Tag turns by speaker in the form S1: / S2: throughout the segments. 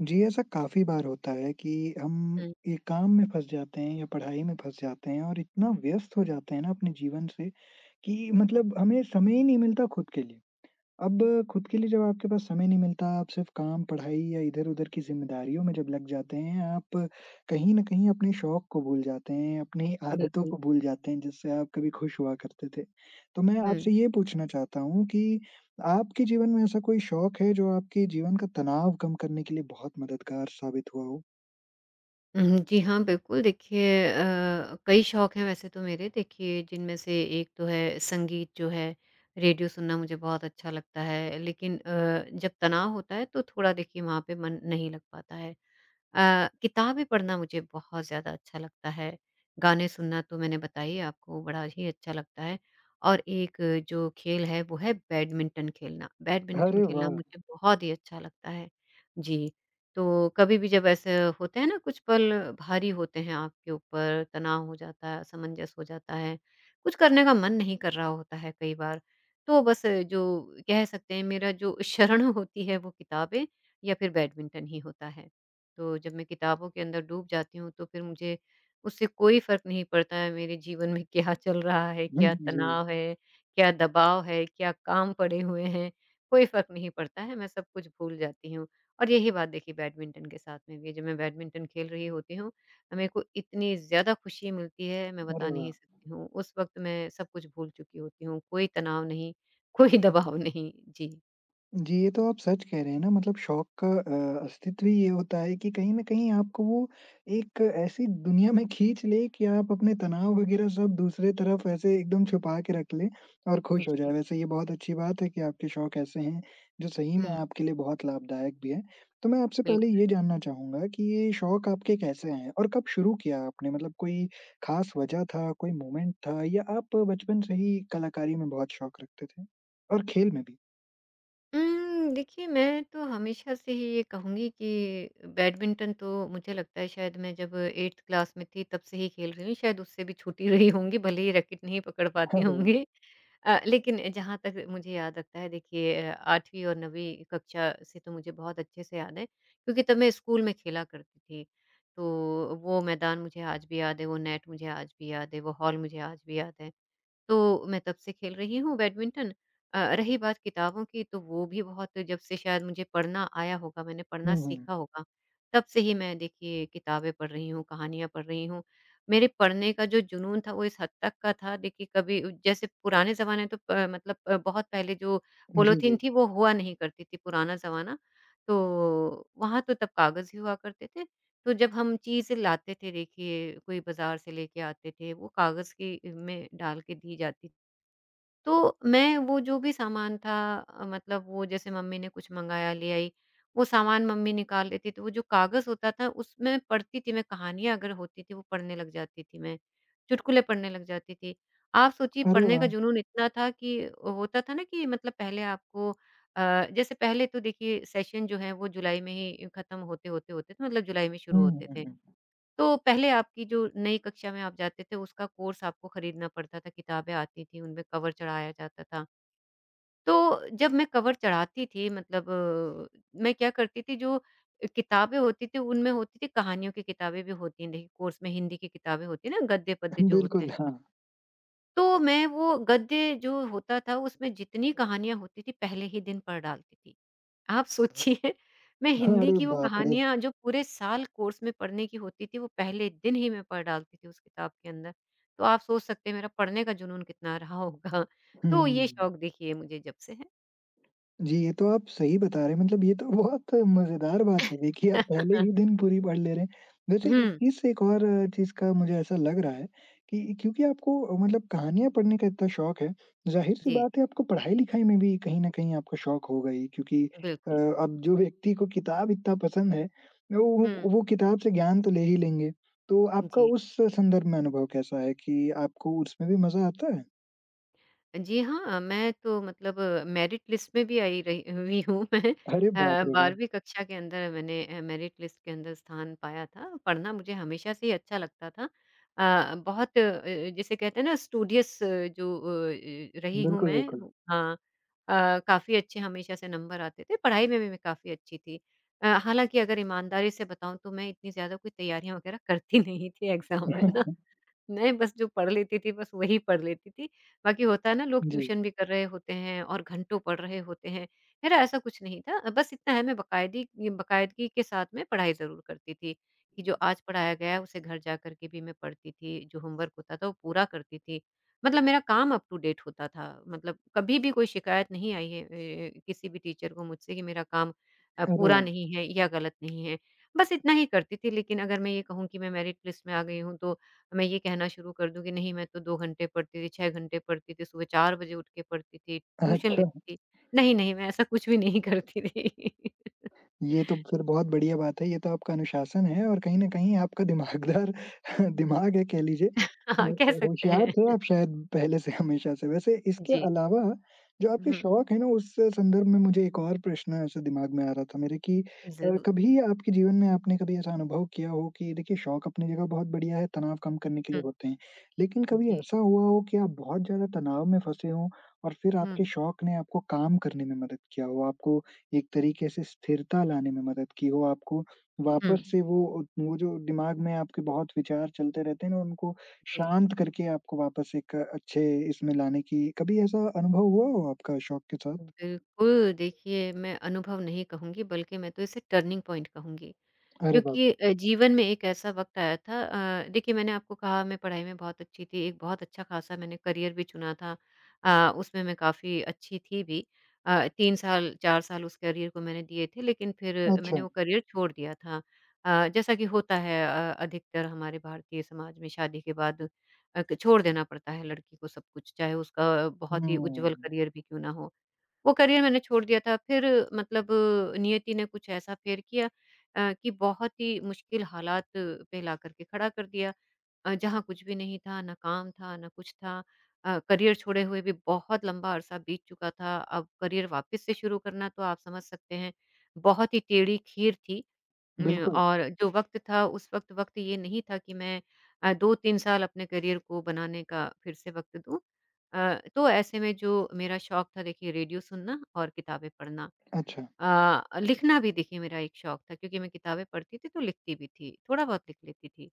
S1: जी, ऐसा काफ़ी बार होता है कि हम
S2: हुँ,
S1: ये काम में फँस जाते हैं या पढ़ाई में फँस जाते हैं और इतना व्यस्त हो जाते हैं ना अपने जीवन से कि मतलब हमें समय ही नहीं मिलता खुद के लिए। अब खुद के लिए जब आपके पास समय नहीं मिलता, आप सिर्फ़ काम, पढ़ाई या इधर-उधर की ज़िम्मेदारियों में जब लग जाते हैं, आप कहीं न कहीं अपने शौक को भूल जाते हैं, अपनी आदतों
S2: बिल्कुल।
S1: को भूल जाते हैं, जिससे आप कभी खुश हुआ करते थे। तो मैं
S2: हुँ।
S1: आपसे ये पूछना चाहता हूँ कि आपके जीवन में ऐसा कोई शौक है जो आपके जीवन का तनाव कम करने के लिए बहुत मददगार साबित हुआ हो?
S2: उहुँ, जी हाँ, बिल्कुल देखिए। कई शौक हैं वैसे तो मेरे, देखिए, जिनमें से एक तो है संगीत जो है, रेडियो सुनना मुझे बहुत अच्छा लगता है, लेकिन जब तनाव होता है तो थोड़ा, देखिए, वहाँ पे मन नहीं लग पाता है। किताबें पढ़ना मुझे बहुत ज़्यादा अच्छा लगता है, गाने सुनना तो मैंने बताई आपको बड़ा ही अच्छा लगता है, और एक जो खेल है वो है बैडमिंटन खेलना। बैडमिंटन
S1: अरे
S2: खेलना
S1: वाह!
S2: मुझे बहुत ही अच्छा लगता है। जी। तो कभी भी जब ऐसे होते हैं ना कुछ पल भारी होते हैं आपके ऊपर, तनाव हो जाता है, असमंजस हो जाता है, कुछ करने का मन नहीं कर रहा होता है कई बार, तो बस जो कह सकते हैं मेरा जो शरण होती है वो किताबें या फिर बैडमिंटन ही होता है। तो जब मैं किताबों के अंदर डूब जाती हूँ तो फिर मुझे उससे कोई फ़र्क नहीं पड़ता है मेरे जीवन में क्या चल रहा है,
S1: हुँ,
S2: क्या
S1: जी।
S2: तनाव है, क्या दबाव है, क्या काम पड़े हुए हैं, कोई फ़र्क नहीं पड़ता है, मैं सब कुछ भूल जाती हूँ। और यही बात देखिए बैडमिंटन के साथ में भी है, जब मैं बैडमिंटन खेल रही होती हूँ, मेरे को इतनी ज़्यादा खुशी मिलती है, मैं बता
S1: अरे वाह!
S2: नहीं सकती हूँ। उस वक़्त मैं सब कुछ भूल चुकी होती हूँ, कोई तनाव नहीं, कोई दबाव नहीं। जी,
S1: जी, ये तो आप सच कह रहे हैं ना मतलब शौक का अस्तित्व ही ये होता है कि कहीं न कहीं आपको वो एक ऐसी दुनिया में खींच ले कि आप अपने तनाव वग़ैरह सब दूसरे तरफ ऐसे एकदम छुपा के रख लें और खुश हो
S2: जी।
S1: जाएँ। वैसे ये बहुत अच्छी बात है कि आपके शौक ऐसे हैं जो सही में
S2: हुँ,
S1: आपके लिए बहुत लाभदायक भी है। तो मैं आपसे पहले
S2: बिल्कुल।
S1: ये जानना चाहूँगा कि ये शौक आपके कैसे हैं और कब शुरू किया आपने? मतलब कोई ख़ास वजह था, कोई मोमेंट था या आप बचपन से ही कलाकारी में बहुत शौक रखते थे? और खेल में
S2: देखिए मैं तो हमेशा से ही ये कहूँगी कि बैडमिंटन तो मुझे लगता है शायद मैं जब 8th क्लास में थी तब से ही खेल रही हूँ, शायद उससे भी छूटी रही होंगी, भले ही रैकेट नहीं पकड़ पाती
S1: भी।
S2: होंगी। लेकिन जहाँ तक मुझे याद आता है, देखिए, 8वीं और 9वीं कक्षा से तो मुझे बहुत अच्छे से याद है, क्योंकि तब मैं स्कूल में खेला करती थी। तो वो मैदान मुझे आज भी याद है, वो नेट मुझे आज भी याद है, वो हॉल मुझे आज भी याद है। तो मैं तब से खेल रही हूँ बैडमिंटन। रही बात किताबों की, तो वो भी बहुत जब से शायद मुझे पढ़ना आया होगा, मैंने पढ़ना
S1: हुँ, हुँ।
S2: सीखा होगा, तब से ही मैं, देखिए, किताबें पढ़ रही हूँ, कहानियाँ पढ़ रही हूँ। मेरे पढ़ने का जो जुनून था वो इस हद तक का था, देखिए, कभी जैसे पुराने ज़माने तो प मतलब बहुत पहले जो
S1: जी,
S2: पॉलीथीन
S1: जी।
S2: थी वो हुआ नहीं करती थी, पुराना ज़माना। तो वहाँ तो तब कागज़ ही हुआ करते थे। तो जब हम चीज़ें लाते थे, देखिए, कोई बाज़ार से लेके आते थे, वो कागज़ की में डाल के दी जाती थी। तो मैं वो जो भी सामान था, मतलब वो जैसे मम्मी ने कुछ मँगाया, ले आई, वो सामान मम्मी निकाल लेती तो वो जो कागज़ होता था उसमें पढ़ती थी मैं, कहानियाँ अगर होती थी वो पढ़ने लग जाती थी मैं, चुटकुले पढ़ने लग जाती थी। आप सोचिए
S1: अरे
S2: पढ़ने का
S1: वाह!
S2: जुनून इतना था कि होता था ना कि, मतलब, पहले आपको जैसे पहले तो, देखिए, सेशन जो है वो जुलाई में ही ख़त्म होते-होते होते होते थे, मतलब जुलाई में शुरू
S1: हुँ,
S2: होते थे।
S1: हुँ,
S2: तो पहले आपकी जो नई कक्षा में आप जाते थे उसका कोर्स आपको खरीदना पड़ता था, किताबें आती थी, उनमें कवर चढ़ाया जाता था। तो जब मैं कवर चढ़ाती थी, मतलब, मैं क्या करती थी, जो किताबें होती थी उनमें होती थी, कहानियों की किताबें भी होती हैं, देखिए, कोर्स में हिंदी की किताबें होती हैं ना, गद्य-पद्य
S1: हुँ।
S2: जो होते हैं।
S1: बिल्कुल, हाँ।
S2: तो मैं वो गद्य जो होता था उसमें जितनी कहानियाँ होती थी पहले ही दिन पढ़ डालती थी। आप सोचिए मैं हिंदी
S1: अरे
S2: की वो
S1: बाप रे!
S2: कहानियाँ जो पूरे साल कोर्स में पढ़ने की होती थी, वो पहले दिन ही मैं पढ़ डालती थी उस किताब के अंदर। तो आप सोच सकते हैं मेरा पढ़ने का जुनून कितना रहा होगा।
S1: हुँ।
S2: तो ये शौक, देखिए, मुझे जब से है।
S1: जी, ये तो आप सही बता रहे हैं मतलब ये तो बहुत मज़ेदार बात है देखिए आप पहले ही दिन पूरी पढ़ ले रहे हैं। वैसे इस
S2: हुँ,
S1: चीज़ से एक और चीज़ का मुझे ऐसा लग रहा है कि क्योंकि आपको मतलब कहानियाँ पढ़ने का इतना शौक है, ज़ाहिर-सी
S2: जी,
S1: बात है आपको पढ़ाई-लिखाई में भी कहीं न कहीं आपका शौक होगा ही क्योंकि अ,
S2: बिल्कुल।
S1: अब जो व्यक्ति को किताब इतना पसंद है,
S2: हुँ,
S1: वो किताब से ज्ञान तो ले ही लेंगे। तो आपका
S2: जी।
S1: उस संदर्भ में अनुभव कैसा है कि आपको उसमें भी मज़ा आता है?
S2: जी हाँ, मैं तो, मतलब, मेरिट लिस्ट में भी आई रही हुई हूँ मैं।
S1: अरे
S2: अ,
S1: बाप रे वाह!
S2: 12वीं कक्षा के अंदर मैंने मेरिट लिस्ट के अंदर स्थान पाया था। पढ़ना मुझे हमेशा से ही अच्छा लगता था। बहुत जिसे कहते हैं ना, स्टूडियस जो रही हूँ
S1: बिल्कुल,
S2: मैं।
S1: बिल्कुल।
S2: हाँ। काफ़ी अच्छे हमेशा से नंबर आते थे, पढ़ाई में भी मैं काफ़ी अच्छी थी। हालाँकि अगर ईमानदारी से बताऊँ तो मैं इतनी ज़्यादा कोई तैयारियाँ वगैरह करती नहीं थी एग्ज़ाम में ना। नहीं, बस जो पढ़ लेती थी, बस वही पढ़ लेती थी। बाकी होता है ना लोग
S1: जी,
S2: ट्यूशन भी कर रहे होते हैं और घंटों पढ़ रहे होते हैं। मेरा ऐसा कुछ नहीं था। बस इतना है मैं बाकायदी बाकायदगी के साथ में पढ़ाई ज़रूर करती थी, कि जो आज पढ़ाया गया है उसे घर जा कर के भी मैं पढ़ती थी, जो होमवर्क होता था वो पूरा करती थी। मतलब मेरा काम अप टू डेट होता था। मतलब कभी भी कोई शिकायत नहीं आई है किसी भी टीचर को मुझसे कि मेरा काम
S1: अरे
S2: पूरा
S1: वाह!
S2: नहीं है या गलत नहीं है। बस इतना ही करती थी, लेकिन अगर मैं ये कहूँ कि मैं मेरिट लिस्ट में आ गई हूँ तो मैं ये कहना शुरू कर दूँ कि नहीं मैं तो 2 घंटे पढ़ती थी, 6 घंटे पढ़ती थी, सुबह 4 बजे उठ के पढ़ती थी, ट्यूशन
S1: अच्छा,
S2: लेती थी। नहीं, नहीं मैं ऐसा कुछ भी नहीं करती थी।
S1: ये तो फिर बहुत बढ़िया बात है, ये तो आपका अनुशासन है और कहीं न कहीं आपका दिमागदार दिमाग है कह लीजिए।
S2: हाँ, कह सकते
S1: होशियार थे
S2: हैं।
S1: आप शायद पहले से हमेशा से। वैसे इसके
S2: जी।
S1: अलावा जो आपके
S2: हुँ,
S1: शौक है ना, उस संदर्भ में मुझे एक और प्रश्न ऐसे दिमाग में आ रहा था मेरे कि
S2: ज़रूर।
S1: कभी आपके जीवन में आपने कभी ऐसा अनुभव किया हो कि देखिए शौक अपनी जगह बहुत बढ़िया है, तनाव कम करने के लिए
S2: हुँ,
S1: होते हैं। लेकिन कभी
S2: जी।
S1: ऐसा हुआ हो कि आप बहुत ज़्यादा तनाव में फँसे हों और फिर
S2: हुँ,
S1: आपके शौक ने आपको काम करने में मदद किया हो, आपको एक तरीके से स्थिरता लाने में मदद की हो आपको,
S2: हुँ,
S1: वापस से वो जो दिमाग में आपके बहुत विचार चलते रहते हैं ना, उनको
S2: जी।
S1: शांत करके आपको वापस एक अच्छे इसमें लाने की कभी ऐसा अनुभव हुआ हो आपका शौक के साथ?
S2: बिल्कुल, देखिए, मैं अनुभव नहीं कहूँगी बल्कि मैं तो इसे टर्निंग पॉइंट कहूँगी।
S1: अरे वाह!
S2: क्योंकि जीवन में एक ऐसा वक़्त आया था, देखिए मैंने आपको कहा मैं पढ़ाई में बहुत अच्छी थी, एक बहुत अच्छा खासा मैंने करियर भी चुना था। उसमें मैं काफ़ी अच्छी थी भी। 3 साल, 4 साल उस करियर को मैंने दिए थे, लेकिन फिर
S1: अच्छा,
S2: मैंने वो करियर छोड़ दिया था। जैसा कि होता है, अधिकतर हमारे भारतीय समाज में शादी के बाद अ, क छोड़ देना पड़ता है लड़की को सब कुछ, चाहे उसका बहुत ही उज्जवल
S1: हुँ,
S2: करियर भी क्यों ना हो। वो करियर मैंने छोड़ दिया था। फिर, मतलब, नियति ने कुछ ऐसा फ़ेर किया कि बहुत ही मुश्किल हालात पे ला कर के खड़ा कर दिया। जहाँ कुछ भी नहीं था, ना काम था, ना कुछ था। करियर छोड़े हुए भी बहुत लंबा अरसा बीत चुका था। अब करियर वापस से शुरू करना, तो आप समझ सकते हैं, बहुत ही टेढ़ी खीर थी। अ,
S1: बिल्कुल,
S2: और जो वक़्त था उस वक़्त वक़्त ये नहीं था कि मैं 2-3 साल अपने करियर को बनाने का फिर से वक़्त दूँ। तो ऐसे में जो मेरा शौक था, देखिए, रेडियो सुनना और किताबें पढ़ना।
S1: अच्छा,
S2: लिखना भी, देखिए, मेरा एक शौक था क्योंकि मैं किताबें पढ़ती थी तो लिखती भी थी, थोड़ा बहुत लिख लेती थी।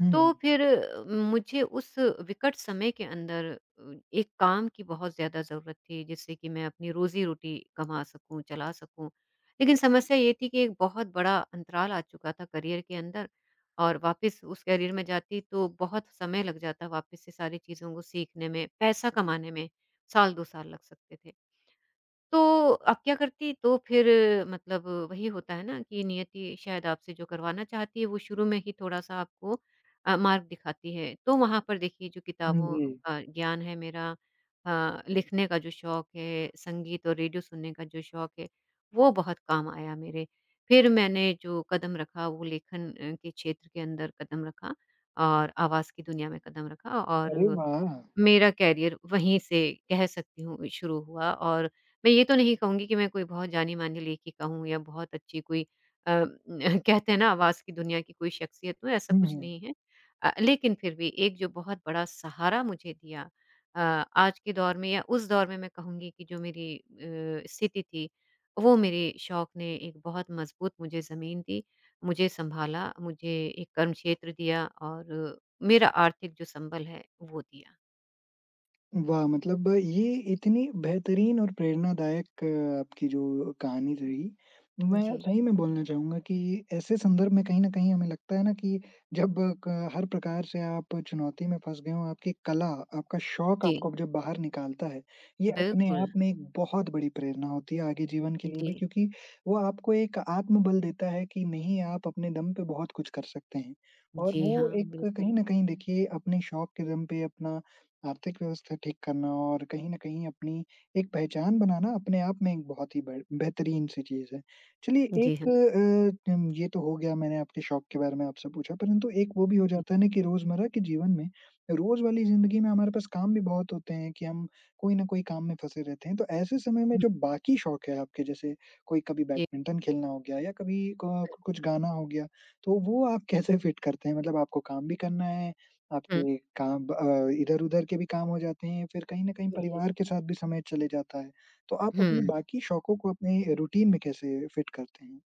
S1: हुँ,
S2: तो
S1: हुँ,
S2: फिर मुझे उस विकट समय के अंदर एक काम की बहुत ज़्यादा ज़रूरत थी जिससे कि मैं अपनी रोज़ी-रोटी कमा सकूँ, चला सकूँ। लेकिन समस्या ये थी कि एक बहुत बड़ा अंतराल आ चुका था करियर के अंदर, और वापस उस करियर में जाती तो बहुत समय लग जाता वापस से सारी चीज़ों को सीखने में, पैसा कमाने में साल 2 साल लग सकते थे। तो आप क्या करती? तो फिर, मतलब, वही होता है ना कि नियति शायद आपसे जो करवाना चाहती है वो शुरू में ही थोड़ा-सा आपको मार्ग दिखाती है। तो वहाँ पर, देखिए, जो
S1: हुँ,
S2: किताबों
S1: जी,
S2: का ज्ञान है मेरा, लिखने का जो शौक है, संगीत और रेडियो सुनने का जो शौक है, वो बहुत काम आया मेरे। फिर मैंने जो कदम रखा वो लेखन के क्षेत्र के अंदर कदम रखा और आवाज़ की दुनिया में कदम रखा
S1: अरे
S2: और
S1: वाह!
S2: मेरा करियर वहीं से, कह सकती हूँ, शुरू हुआ। और मैं ये तो नहीं कहूँगी कि मैं कोई बहुत जानी-मानी लेखिका हूँ या बहुत अच्छी कोई अ, कहते हैं ना आवाज़ की दुनिया की कोई शख्सियत हूँ, ऐसा
S1: हुँ,
S2: कुछ
S1: हुँ।
S2: नहीं है। लेकिन फिर भी एक जो बहुत बड़ा सहारा मुझे दिया अ, आज के दौर में, या उस दौर में मैं कहूँगी कि जो मेरी स्थिति थी, वो मेरे शौक ने एक बहुत मज़बूत मुझे ज़मीन दी, मुझे सँभाला, मुझे एक कर्म क्षेत्र दिया और मेरा आर्थिक जो संबल है, वो दिया।
S1: वाह! मतलब ये इतनी बेहतरीन और प्रेरणादायक आपकी जो कहानी रही, मैं
S2: जी,
S1: सही में बोलना चाहूँगा कि ऐसे संदर्भ में कहीं न कहीं हमें लगता है ना कि जब क हर प्रकार से आप चुनौती में फँस गए हों, आपकी कला, आपका शौक
S2: जी,
S1: आपको जब बाहर निकालता है, ये अपने
S2: बिल्कुल।
S1: आप में एक बहुत बड़ी प्रेरणा होती है आगे जीवन के लिए भी
S2: जी,
S1: क्योंकि वो आपको एक आत्मबल देता है कि नहीं आप अपने दम पे बहुत कुछ कर सकते हैं। और
S2: जी
S1: वो
S2: हाँ,
S1: एक
S2: बिल्कुल।
S1: कहीं न कहीं देखिए अपने शौक के दम पे अपना आर्थिक व्यवस्था ठीक करना और कहीं न कहीं अपनी एक पहचान बनाना अपने आप में एक बहुत ही बेहतरीन सी चीज़ है। चलिए
S2: जी
S1: एक
S2: हाँ,
S1: ये तो हो गया मैंने आपके शौक के बारे में आपसे पूछा, परंतु एक वो भी हो
S2: जी।
S1: जाता है ना कि रोज़मर्रा के जीवन में, रोज़ वाली ज़िंदगी में हमारे पास काम भी बहुत होते हैं कि हम कोई न कोई काम में फँसे रहते हैं। तो ऐसे समय में
S2: हुँ,
S1: जो बाकी शौक है आपके जैसे कोई कभी
S2: जी,
S1: बैडमिंटन खेलना हो गया या कभी क कुछ गाना हो गया, तो वो आप कैसे फिट करते हैं? मतलब आपको काम भी करना है
S2: हुँ,
S1: आपके काम इधर-उधर के भी काम हो जाते हैं, फिर कहीं न कहीं
S2: जी,
S1: परिवार के साथ भी समय चले जाता है। तो आप अपने
S2: हुँ।
S1: बाकी शौकों को अपने रूटीन में कैसे फिट करते हैं?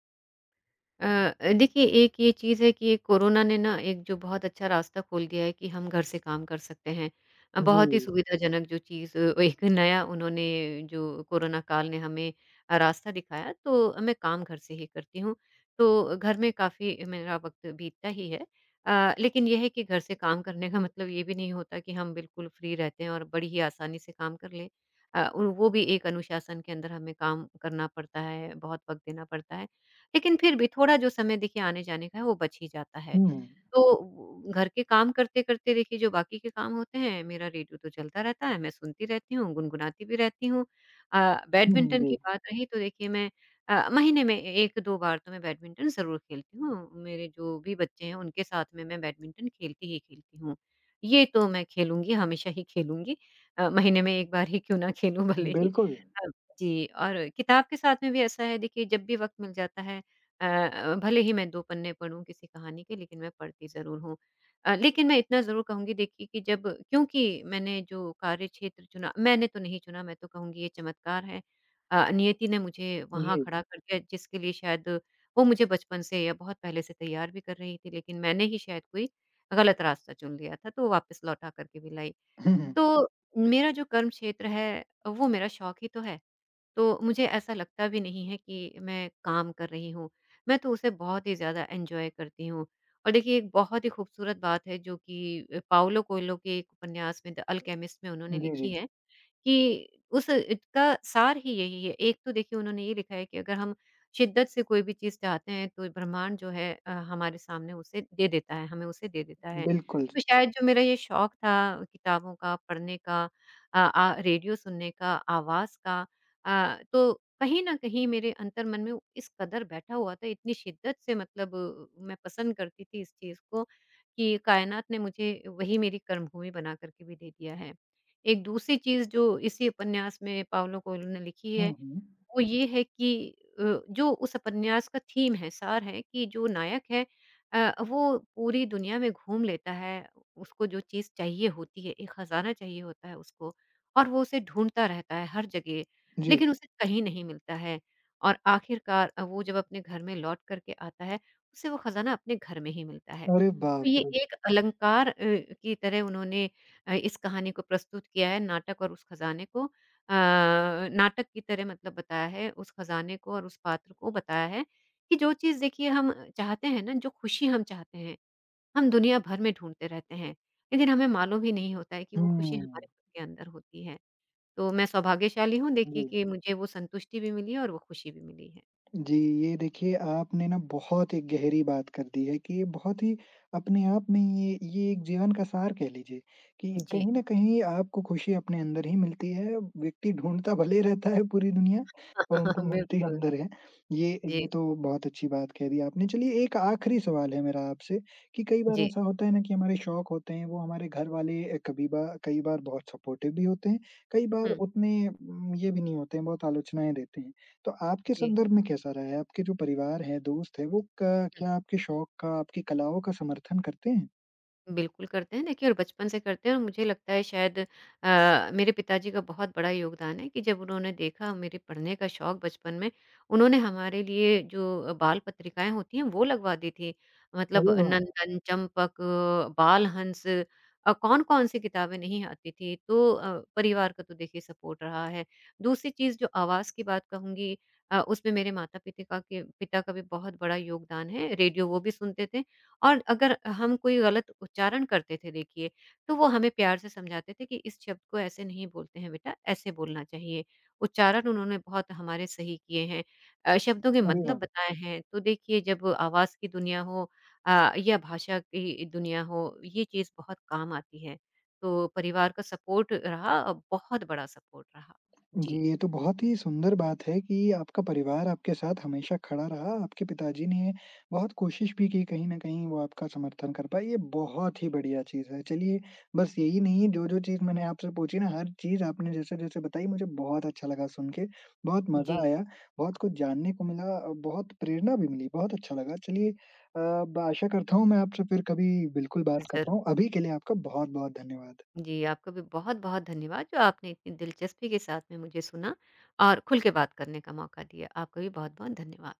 S2: अ देखिए एक ये चीज़ है कि कोरोना ने ना एक जो बहुत अच्छा रास्ता खोल दिया है कि हम घर से काम कर सकते हैं। बहुत ही
S1: जी।
S2: सुविधाजनक जो चीज़, एक नया उन्होंने जो कोरोना काल ने हमें रास्ता दिखाया, तो मैं काम घर से ही करती हूँ। तो घर में काफ़ी मेरा वक़्त बीतता ही है। लेकिन ये है कि घर से काम करने का मतलब ये भी नहीं होता कि हम बिल्कुल फ्री रहते हैं और बड़ी ही आसानी से काम कर लें। वो भी एक अनुशासन के अंदर हमें काम करना पड़ता है, बहुत वक़्त देना पड़ता है। लेकिन फिर भी थोड़ा जो समय देखिए आने-जाने का है वो बच ही जाता है।
S1: हुँ,
S2: तो घर के काम करते-करते देखिए जो बाकी के काम होते हैं मेरा रेडियो तो चलता रहता है, मैं सुनती रहती हूँ, गुनगुनाती भी रहती हूँ। अ,
S1: हुँ, हुँ,
S2: बैडमिंटन की
S1: जी।
S2: बात रही तो देखिए मैं महीने में 1-2 बार तो मैं बैडमिंटन ज़रूर खेलती हूँ। मेरे जो भी बच्चे हैं उनके साथ में मैं बैडमिंटन खेलती ही खेलती हूँ। ये तो मैं खेलूँगी, हमेशा ही खेलूँगी। महीने में 1 बार ही क्यों ना खेलूँ भले ही।
S1: बिल्कुल,
S2: अ, जी और किताब के साथ में भी ऐसा है देखिए जब भी वक़्त मिल जाता है भले ही मैं 2 पन्ने पढ़ूँ किसी कहानी के लेकिन मैं पढ़ती ज़रूर हूँ। लेकिन मैं इतना ज़रूर कहूँगी देखिए कि जब क्योंकि मैंने जो कार्यक्षेत्र चुना मैंने तो नहीं चुना मैं तो कहूँगी ये चमत्कार है। नियति ने मुझे वहाँ
S1: जी।
S2: खड़ा कर दिया जिसके लिए शायद वो मुझे बचपन से या बहुत पहले से तैयार भी कर रही थी लेकिन मैंने ही शायद कोई गलत रास्ता चुन लिया था तो वापस लौटा करके भी लाई।
S1: हुँ, हुँ।
S2: तो मेरा जो कर्म क्षेत्र है वो मेरा शौक ही तो है। तो मुझे ऐसा लगता भी नहीं है कि मैं काम कर रही हूँ। मैं तो उसे बहुत ही ज़्यादा एन्जॉय करती हूँ। और देखिए एक बहुत ही खूबसूरत बात है जो कि पाओलो कोएल्हो के एक उपन्यास में द अल्केमिस्ट में उन्होंने
S1: जी,
S2: लिखी
S1: जी।
S2: है, कि उस का सार ही यही है। एक तो देखिए उन्होंने ये लिखा है कि अगर हम शिद्दत से कोई भी चीज़ चाहते हैं तो ब्रह्मांड जो है हमारे सामने उसे दे देता है, हमें उसे दे देता है।
S1: बिल्कुल।
S2: तो शायद जो मेरा ये शौक था किताबों का, पढ़ने का अ, आ रेडियो सुनने का, आवाज़ का तो कहीं न कहीं मेरे अंतर्मन में इस कदर बैठा हुआ था, इतनी शिद्दत से मतलब मैं पसंद करती थी इस चीज़ को कि कायनात ने मुझे वही मेरी कर्मभूमि बना कर के भी दे दिया है। एक दूसरी चीज़ जो इसी उपन्यास में पाउलो कोएल्हो ने लिखी है,
S1: हुँ, हुँ।
S2: वो ये है कि जो उस उपन्यास का थीम है, सार है कि जो नायक है वो पूरी दुनिया में घूम लेता है। उसको जो चीज़ चाहिए होती है, एक खज़ाना चाहिए होता है उसको और वो उसे ढूँढता रहता है हर जगह,
S1: जी।
S2: लेकिन उसे कहीं नहीं मिलता है। और आखिरकार वो जब अपने घर में लौट कर के आता है, उसे वो खज़ाना अपने घर में ही मिलता है।
S1: अरे
S2: तो
S1: बाप
S2: ये
S1: रे!
S2: एक अलंकार की तरह उन्होंने इस कहानी को प्रस्तुत किया है, नाटक और उस खज़ाने को अ, नाटक की तरह मतलब बताया है उस खजाने को और उस पात्र को बताया है कि जो चीज़ देखिए हम चाहते हैं ना, जो खुशी हम चाहते हैं, हम दुनिया भर में ढूँढते रहते हैं, लेकिन हमें मालूम ही नहीं होता है कि वो खुशी
S1: हुँ,
S2: हमारे खुद के अंदर होती है। तो मैं सौभाग्यशाली हूँ देखिए
S1: जी।
S2: कि मुझे वो संतुष्टि भी मिली है और वो खुशी भी मिली है।
S1: जी, ये देखिए आपने ना बहुत एक गहरी बात कर दी है कि ये बहुत ही अपने आप में ये एक जीवन का सार कह लीजिए कि
S2: जी।
S1: कहीं न कहीं आपको खुशी अपने अंदर ही मिलती है। व्यक्ति ढूँढता भले रहता है पूरी दुनिया, परंतु मिलती
S2: बिल्कुल।
S1: अंदर है। ये
S2: जी,
S1: ये तो बहुत अच्छी बात कह दी आपने। चलिए एक आखिरी सवाल है मेरा आपसे कि कई बार
S2: जी।
S1: ऐसा होता है ना कि हमारे शौक होते हैं वो हमारे घर वाले कभी बा कई बार बहुत सपोर्टिव भी होते हैं, कई बार
S2: हुँ,
S1: उतने ये भी नहीं होते हैं, बहुत आलोचनाएँ देते हैं। तो आपके
S2: जी।
S1: संदर्भ में कैसा रहा है? आपके जो परिवार है, दोस्त है, वो क क्या आपके शौक का, आपकी कलाओं का समर्थन करते हैं?
S2: बिल्कुल करते हैं। देखिए और बचपन से करते हैं और मुझे लगता है शायद मेरे पिताजी का बहुत बड़ा योगदान है कि जब उन्होंने देखा मेरे पढ़ने का शौक बचपन में, उन्होंने हमारे लिए जो बाल पत्रिकाएँ होती हैं वो लगवा दी थी। मतलब
S1: अरे वाह!
S2: नंदन, चंपक, बालहंस कौन-कौन सी किताबें नहीं आती थी। तो परिवार का तो देखिए सपोर्ट रहा है। दूसरी चीज़ जो आवाज़ की बात कहूँगी उसमें मेरे माता-पिता का के पिता का भी बहुत बड़ा योगदान है। रेडियो वो भी सुनते थे और अगर हम कोई गलत उच्चारण करते थे देखिए, तो वो हमें प्यार से समझाते थे कि इस शब्द को ऐसे नहीं बोलते हैं बेटा, ऐसे बोलना चाहिए। उच्चारण उन्होंने बहुत हमारे सही किए हैं। शब्दों के
S1: अरे
S2: मतलब
S1: वाह!
S2: बताए हैं। तो देखिए जब आवाज़ की दुनिया हो या भाषा की दुनिया हो, ये चीज़ बहुत काम आती है। तो परिवार का सपोर्ट रहा बहुत बड़ा सपोर्ट रहा।
S1: जी,
S2: जी।
S1: ये तो बहुत ही सुंदर बात है कि आपका परिवार आपके साथ हमेशा खड़ा रहा। आपके पिताजी ने बहुत कोशिश भी की कहीं न कहीं वो आपका समर्थन कर पाए, ये बहुत ही बढ़िया चीज़ है। चलिए, बस यही नहीं जो-जो चीज़ मैंने आपसे पूछी ना हर चीज़ आपने जैसे-जैसे बताई मुझे बहुत अच्छा लगा सुन के, बहुत मज़ा
S2: जी,
S1: आया, बहुत कुछ जानने को मिला बहुत प्रेरणा भी मिली, बहुत अच्छा लगा। चलिए अ, ब आशा करता हूँ मैं आपसे फिर कभी बिल्कुल बात कर
S2: ज़रूर।
S1: पाऊँ। अभी के लिए आपका बहुत-बहुत धन्यवाद।
S2: जी, आपका भी बहुत-बहुत धन्यवाद जो आपने इतनी दिलचस्पी के साथ में मुझे सुना और खुल के बात करने का मौका दिया। आपका भी बहुत-बहुत धन्यवाद।